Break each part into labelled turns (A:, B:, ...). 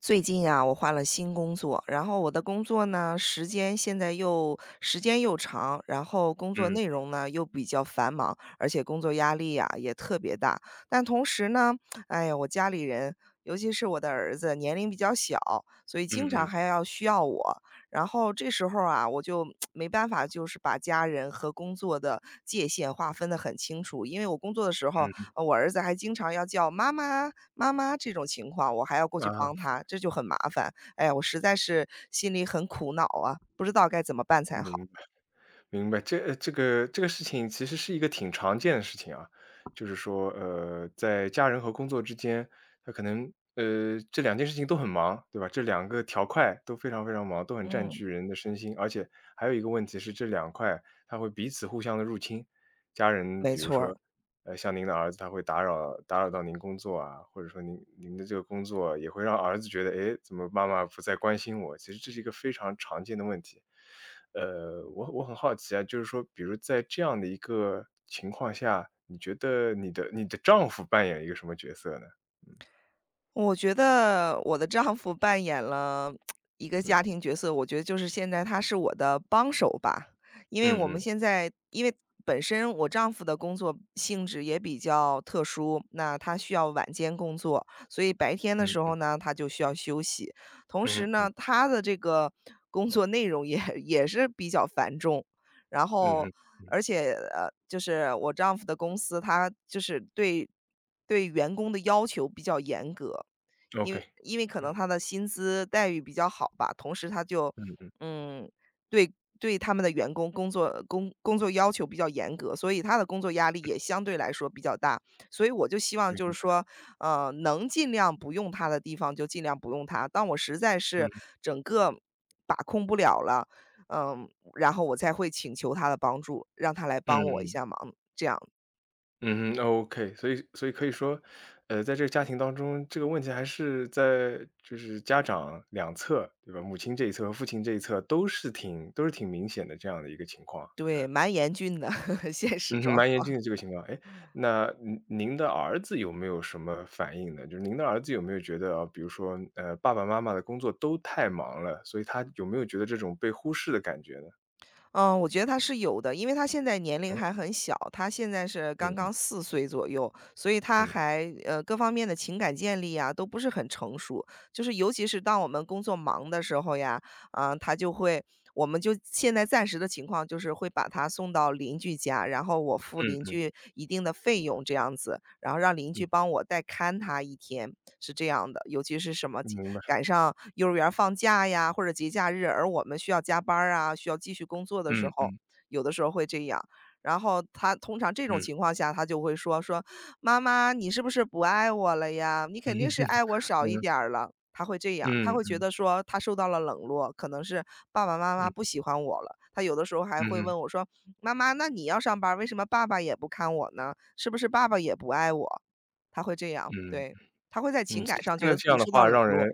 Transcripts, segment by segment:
A: 最近啊，我换了新工作，然后我的工作呢，时间现在又时间又长，然后工作内
B: 嗯
A: 容呢又比较繁忙，而且工作压力呀也特别大。但同时呢，哎呀，我家里人，尤其是我的儿子，年龄比较小，所以经
B: 嗯
A: 常
B: 嗯
A: 还要需要我。然后这时候啊，我就 没办法，就是把家人和工作的界限划分得很清楚。因为我工作的时候，我儿子还经常要叫妈妈，妈妈这种情况，我还要过去
B: 嗯，
A: 帮
B: 啊，
A: 她，这就很麻烦。哎呀，我实在是心里很苦恼啊，不知道该怎么办才好。
B: 明白明白。这个事情其实是一个挺常见的事情啊，就是说，在家人和工作之间，他可能这两件事情都很忙，对吧？这两个条块都非常非常忙，都很占
A: 嗯，
B: 据人的身心，而且还有一个问题是，这两块它会彼此互相的入侵。家人
A: 没
B: 比如
A: 错儿。
B: 说，像您的儿子他会打扰到您工作啊，或者说您的这个工作也会让儿子觉得，诶，怎么妈妈不再关心我？其实这是一个非常常见的问题。我很好奇啊，就是说比如在这样的一个情况下，你觉得你的丈夫扮演一个什么角色呢？嗯
A: 我觉得我的丈夫扮演了一个
B: 嗯
A: 家庭角色，我觉得就是现在他是我的帮手吧。因为我们
B: 嗯
A: 现在本身我丈夫的工作性质也比较特殊，那他需要晚间工作，所以白天的时候
B: 嗯
A: 呢，他就需要休息。同时
B: 嗯
A: 呢，
B: 嗯
A: 他的这个工作内容也 也是比较繁重，然
B: 嗯
A: 后
B: 嗯嗯
A: 而且，就是我丈夫的公司，他就是对对员工的要求比较严格。
B: 嗯
A: 因
B: ，OK,
A: 为因为可能
B: 嗯
A: 他的薪资待遇比较好吧，同时他就，
B: 嗯嗯
A: 嗯，对对他们的员工工作要求比较严格，所以他的工作压力也相对来说比较大。所以我就希望
B: 嗯
A: 就是
B: 嗯
A: 说，能尽量不用他的地方就尽量不用他，当我实在是
B: 嗯
A: 整个把控不了了，嗯，然后我才会请求他的帮助，让他来
B: 嗯
A: 帮我一下
B: 嗯。
A: 忙。
B: 嗯， o k, 所以可以说，在这个家庭当中，这个问题还是在就是家长两侧，对吧？母亲这一侧和父亲这一侧都是挺明显的这样的一个情况，嗯，
A: 对，蛮严峻的 现实
B: 嗯哼，
A: 状
B: 蛮严峻
A: 况。
B: 的这个情况。哎，那您的儿子有没有什么反应呢？就是您的儿子有没有觉得啊，比如说，爸爸妈妈的工作都太忙了，所以他有没有觉得这种被忽视的感觉呢？
A: 嗯，我觉得他是有的，因为他现在年龄还很小，他现在是
B: 嗯
A: 刚刚
B: 嗯
A: 四岁左右，所以他
B: 嗯
A: 还各方面的情感建立啊，都不是很成熟。就是尤其是当我们工作忙的时候呀，啊，他就会我们就现在暂时的情况就是会把他送到邻居家，然后我付邻
B: 嗯
A: 居一定的费用这样子，然后让邻居
B: 嗯
A: 帮我代看他一天，是这样的。尤其是什么
B: 嗯，明白，
A: 赶上幼儿园儿放假呀，或者节假日，而我们需要加班儿啊，需要继续工作的时
B: 嗯
A: 候，
B: 嗯
A: 有的时候会这样。然后他通常这种
B: 嗯
A: 情况下，他就会说：“妈妈，你是不是不爱我了呀？你肯定是
B: 嗯
A: 爱我少一
B: 嗯
A: 点儿了。”他会这样，他
B: 嗯
A: 会觉
B: 嗯
A: 得说他受到了冷落，可能是爸爸妈妈
B: 嗯
A: 不喜欢我了。他有的时候还会
B: 嗯。
A: 问我说：“妈妈，那你要上班儿为什么爸爸也不看我呢？是不是爸爸也不爱我？”他会这样，
B: 嗯，
A: 对，他会在
B: 嗯，
A: 情感上觉得自己受到冷落。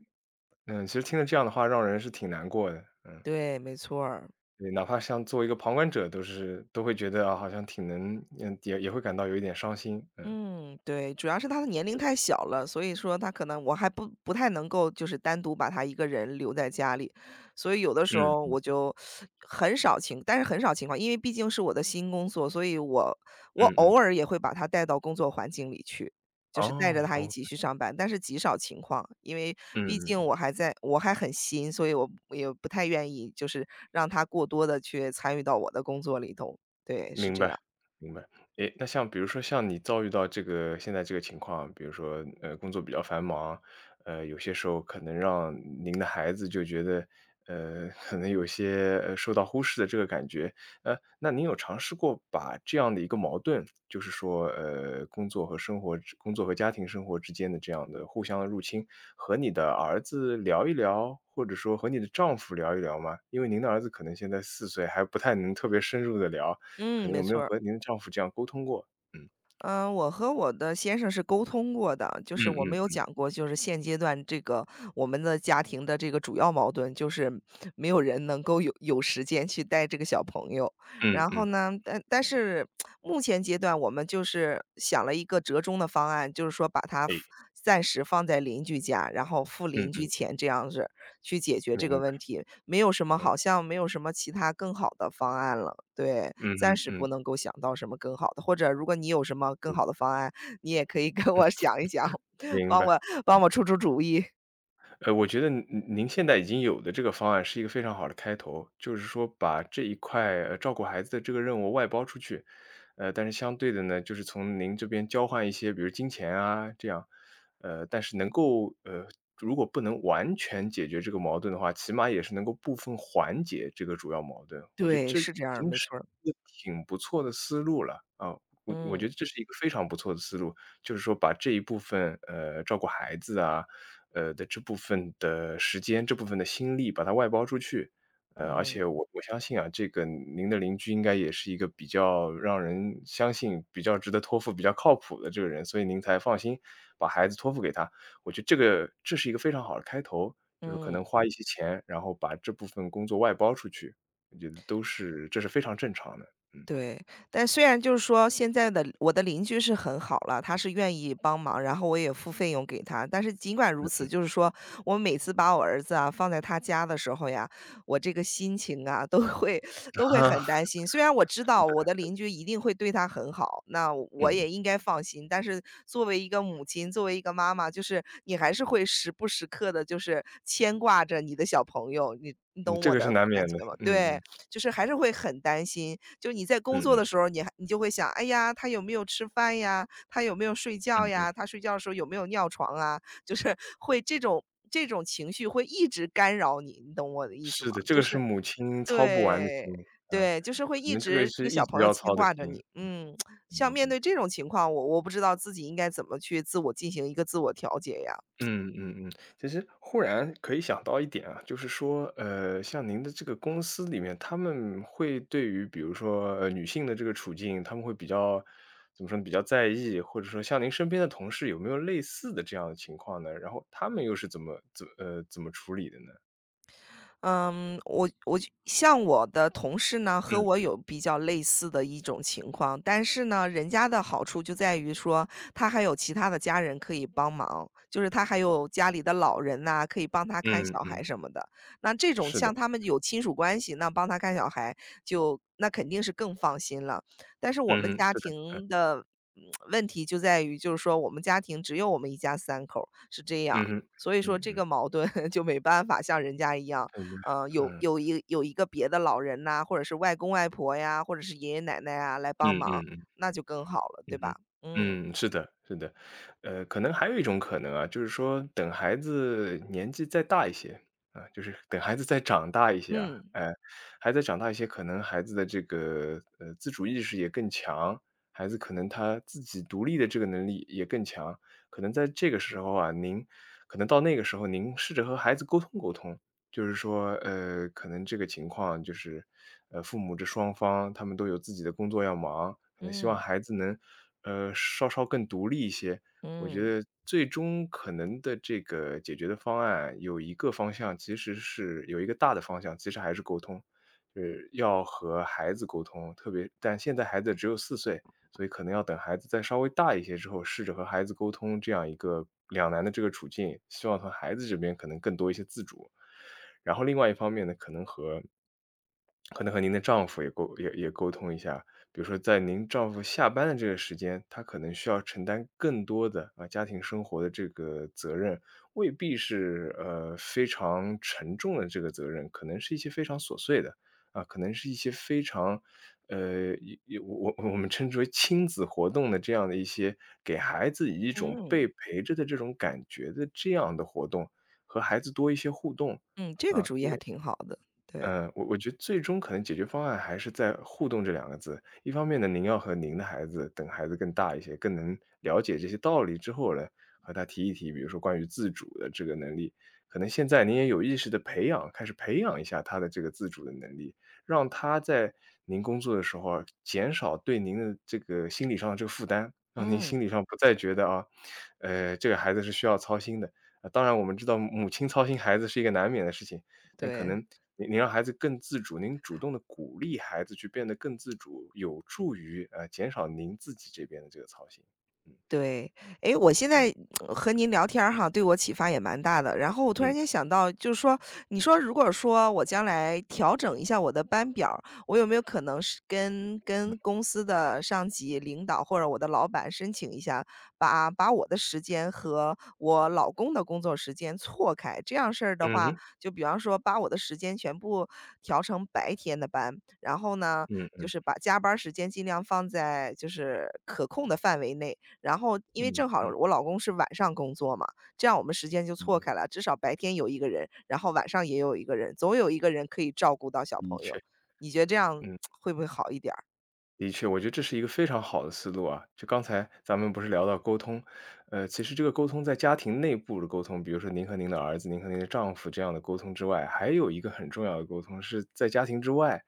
B: 其实听了这样的话，让人是挺难过的，嗯，
A: 对，没错儿。
B: 对，哪怕像作为一个旁观者，都会觉得，啊，好像挺能嗯，也会感到有一点伤心，嗯，
A: 嗯，对，主要是他的年龄太小了，所以说他可能我还不太能够就是单独把他一个人留在家里，所以有的时候
B: 嗯，
A: 我就很少情但是很少情况，因为毕竟是我的新工作，所以我
B: 嗯
A: 偶
B: 嗯，
A: 尔也会把他带到工作环境里去，就是带着
B: 哦，
A: 他一
B: 哦，
A: 起去上班，但是极少情况，因为
B: 嗯
A: 毕
B: 嗯
A: 竟
B: 嗯。
A: 我还很新，所以我也不太愿意就是让他过多的去参与到我的工作里头，对，是
B: 明
A: 这
B: 白，
A: 样。
B: 明白。诶，那像比如说像你遭遇到这个现在这个情况，比如说，工作比较繁忙，有些时候可能让您的孩子就觉得，可能有些，受到忽视的这个感觉。那您有尝试过把这样的一个矛盾，就是说，工作和家庭生活之间的这样的互相的入侵，和你的儿子聊一聊，或者说和你的丈夫聊一聊吗？因为您的儿子可能现在四岁，还不太能特别深入的聊。可
A: 嗯，
B: 能
A: 没
B: 有没
A: 错
B: 有
A: 儿。
B: 和您的丈夫这样沟通过？嗯。
A: 嗯，我和我的先生是沟通过的，就
B: 嗯
A: 是我没有
B: 嗯
A: 讲过，就是现阶段这个我们的家庭的这个主要矛盾，就是没有人能够有时间去带这个小朋友。
B: 嗯
A: 然后
B: 嗯
A: 呢，但是目前阶段我们就是想了一个折中的方案，就是说把他暂时放在邻居家，然后付
B: 嗯
A: 邻居
B: 嗯。
A: 钱这样子。去解决这个
B: 明白，
A: 问题，没有什么
B: 嗯，
A: 好像没有什么其他更好的方案了。对，
B: 嗯
A: 暂
B: 嗯
A: 时不
B: 嗯
A: 能够想到什么更好的，或者如果你有什么更
B: 嗯，
A: 好的方案，你也可以 跟我想一想，
B: 明
A: 帮
B: 白。
A: 我帮我出出主意。
B: 我觉得您现在已经有的这个方案是一个非常好的开头，就是说把这一块，照顾孩子的这个任务外包出去。但是相对的呢，就是从您这边交换一些，比如金钱啊这样，但是如果不能完全解决这个矛盾的话，起码也是能够部分缓解这个主要矛盾。我觉得
A: 对，
B: 这已
A: 是这样儿，
B: 经
A: 没
B: 是
A: 错儿。
B: 一个挺不错的思路了，啊，我
A: 嗯，
B: 觉得这是一个非常不错的思路，就是说把这一部分，照顾孩子啊，的这部分的时间、这部分的心力把它外包出去。而
A: 嗯，
B: 且我相信啊，这个您的邻居应该也是一个比较让人相信、比较值得托付、比较靠谱的这个人，所以您才放心把孩子托付给他。我觉得这是一个非常好的开头，就是可
A: 嗯。
B: 能花一些钱，然后把这部分工作外包出去，我觉得这是非常正常的，嗯。
A: 对，但虽然就是说现在的我的邻居是很好了，他是愿意帮忙，然后我也付费用给他。但是尽管如此，就是说我每次把我儿子啊放在他家的时候呀，我这个心情啊都会很担 心。虽然我知
B: 是，
A: 道
B: 对
A: 我的
B: 对，
A: 邻居一定会对他很好，那我
B: 嗯，
A: 也应该放心。但是作为一个母亲，作为一个妈妈，就是你还是会时不时刻的，就是牵挂着你的小朋友，你
B: 嗯，
A: 懂
B: 这
A: 我
B: 个是
A: 的
B: 难
A: 感
B: 免的，
A: 觉吗？
B: 嗯
A: 对。
B: 嗯，
A: 就是还是会很担心，就你在工
B: 嗯
A: 作
B: 嗯，
A: 的时候，你还你就会想，哎呀，他有没有吃饭呀？他有没有睡
B: 嗯
A: 觉
B: 嗯。
A: 呀？他睡觉的时候有没有尿床啊？就是会这种情绪会一直干扰你，你懂我的意思吗？
B: 是的，这
A: 就
B: 个
A: 是
B: 是母亲操不完的
A: 对，
B: 心，啊，
A: 对，就是会
B: 可
A: 一
B: 能这个
A: 直这
B: 是
A: 个
B: 一
A: 小
B: 直
A: 朋友
B: 要
A: 牵
B: 操的
A: 挂着
B: 心，
A: 你。嗯，
B: 嗯
A: 像
B: 嗯
A: 面
B: 嗯。
A: 对这种情况，我不知道自己应该怎么去自我进行一个自我调节呀。
B: 嗯嗯嗯，其实忽然可以想到一点啊，就是说，像您的这个公司里面，他们会对于比如说，女性的这个处境，他们会比较怎么说呢，比较在意，或者说像您身边的同事有没有类似的这样的情况呢？然后他们又是怎么怎呃，怎么处理的呢？
A: 嗯，我就像我的同事呢，和
B: 嗯，
A: 我有比较类似的一种情况，但是呢，人家的好处就在于说，他还有其他的家人可以帮忙，就是他还有家里的老人呐、可以帮他看
B: 嗯
A: 小
B: 嗯，
A: 孩什么的。那这种
B: 是的，
A: 像他们有亲属关系，那帮他看小孩就那肯定是更放心了。但是我们
B: 嗯，
A: 家
B: 是的，嗯，
A: 庭的嗯问题就在于，就是说我们家庭只有我们一家三口儿是
B: 嗯哼，嗯嗯
A: 这样，
B: 嗯
A: 所以说
B: 嗯
A: 这
B: 嗯
A: 个矛盾 就没办法像人家一样。有
B: 嗯。
A: 有一有一个别的老人呐，或者是外公外婆呀，或者是爷爷奶奶啊来帮
B: 嗯
A: 忙，
B: 嗯嗯，
A: 那就更好了，对
B: 嗯哼，
A: 吧？嗯
B: 嗯，是的，是的，可能还有一种可能啊，就是说等孩子年纪再大一些啊，就是等孩子再长大一些啊，
A: 嗯
B: 孩子长大一些，可能孩子的这个自主意识也更强，孩子可能他自己独立的这个能力也更强，可能在这个时候啊，您可能到那个时候，您试着和孩子沟通沟通，就是说，可能这个情况就是，父母这双方他们都有自己的工作要忙，可能希望
A: 嗯
B: 孩子能，稍稍更独立一些。我觉
A: 嗯
B: 得最终可能的这个解决的方案有一个方向，其实是有一个大的方向，其实还是沟通，就是要和孩子沟通。特别但现在孩子只有四岁，所以可能要等孩子再稍微大一些之后，试着和孩子沟通这样一个两难的这个处境，希望从孩子这边可能更多一些自主。然后另外一方面呢，可能和您的丈夫也沟通一下，比如说在您丈夫下班的这个时间，他可能需要承担更多的家庭生活的这个责任，未必是非常沉重的这个责任，可能是一些非常琐碎的啊，可能是一些非常一一我我我们称之为亲子活动的这样的一些给孩子以一种
A: 嗯
B: 被陪着的这种感觉的这样的活动，和孩子多一些互动。
A: 嗯，这个
B: 啊，
A: 主意还挺好的，对。
B: 我觉得最终可能解决方案还是在“互动”这两个字。一方面呢，您要和您的孩子，等孩子更大一些，更能了解这些道理之后呢，和他提一提，比如说关于自主的这个能力，可能现在您也有意识的培养，开始培养一下他的这个自主的能力，让他在您工作的时候啊，减少对您的这个心理上的这个负担，让您
A: 嗯。
B: 心理上不再觉得啊，这个孩子是需要操心的。啊，当然我们知道母亲操心孩子是一个难免的事情，但可
A: 对。
B: 能你让孩子更自主，您主动的鼓励孩子去变得更自主，有助于，减少您自己这边的这个操心。嗯，
A: 对，诶，我现在和您聊天儿哈，对我启发也蛮大的。然后我突然
B: 嗯，
A: 间想到，就是说，你说如果说我将来调整一下我的班表儿我有没有可能是跟
B: 嗯，
A: 跟公司的上级领导或者我的老板申请一下，把我的时间和我老公的工作时间错开？这样事儿的话，
B: 嗯，
A: 就比方说把我的时间全部调成白天的班，然后呢，
B: 嗯哼，嗯
A: 就
B: 嗯，
A: 是把加班儿时间尽量放在就是可控的范围内。然后因
B: 嗯
A: 为
B: 嗯
A: 正好
B: 嗯
A: 我老公是晚上工作嘛，这样我们时
B: 嗯嗯
A: 间就
B: 嗯嗯
A: 错
B: 嗯
A: 开
B: 嗯
A: 了，至少白天有一个人，然后晚上也有一个人，总有一个人可以照顾到小
B: 嗯。的
A: 朋友。
B: 确，
A: 你觉得这样
B: 嗯。
A: 会不会好一点儿？
B: 的确，我觉得这是一个非常好的思路啊。就刚才咱们不是聊到沟通，其实这个沟通在家庭内部的沟通，比如说您和您的儿子、您和您的丈夫这样的沟通之外，还有一个很重要的沟通是在家庭之外。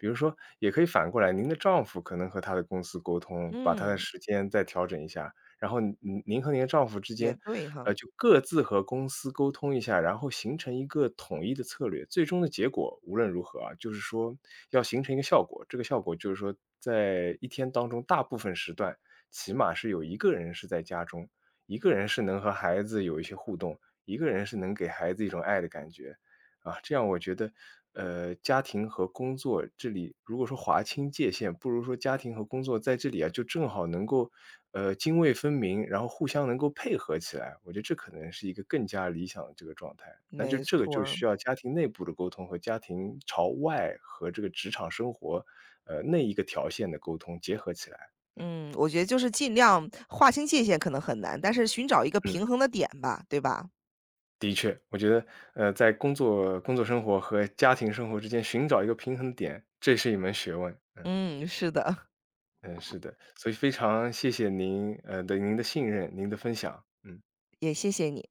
B: 比如说，也可以反过来，您的丈夫可能和他的公司沟通，把他的
A: 嗯，
B: 时间再调整一下，然后您和您的丈夫之
A: 也
B: 间，
A: 对哈，
B: 就各自和公司沟通一下，然后形成一个统一的策略。最终的结果无论如何啊，就是说要形成一个效果，这个效果就是说在一天当中大部分时段，起码是有一个人是在家中，一个人是能和孩子有一些互动，一个人是能给孩子一种爱的感觉。啊，这样我觉得，家庭和工作这里如果说划清界限，不如说家庭和工作在这里啊，就正好能够泾渭分明，然后互相能够配合起来，我觉得这可能是一个更加理想的这个状态。那就
A: 没
B: 这个
A: 错
B: 就
A: 儿。
B: 需要家庭内部的沟通和家庭朝外和这个职场生活，那一个条线的沟通结合起来。嗯
A: 嗯，我觉得就是尽量划清界限可能很难，但是寻找一个
B: 嗯，
A: 平衡的点吧，对吧？
B: 的确，我觉得，在工作生活和家庭生活之间寻找一个平衡点，这是一门学问。嗯
A: 嗯，是的，
B: 嗯，是的，所以非常谢谢您，您的信任，您的分享，嗯。
A: 也谢谢你。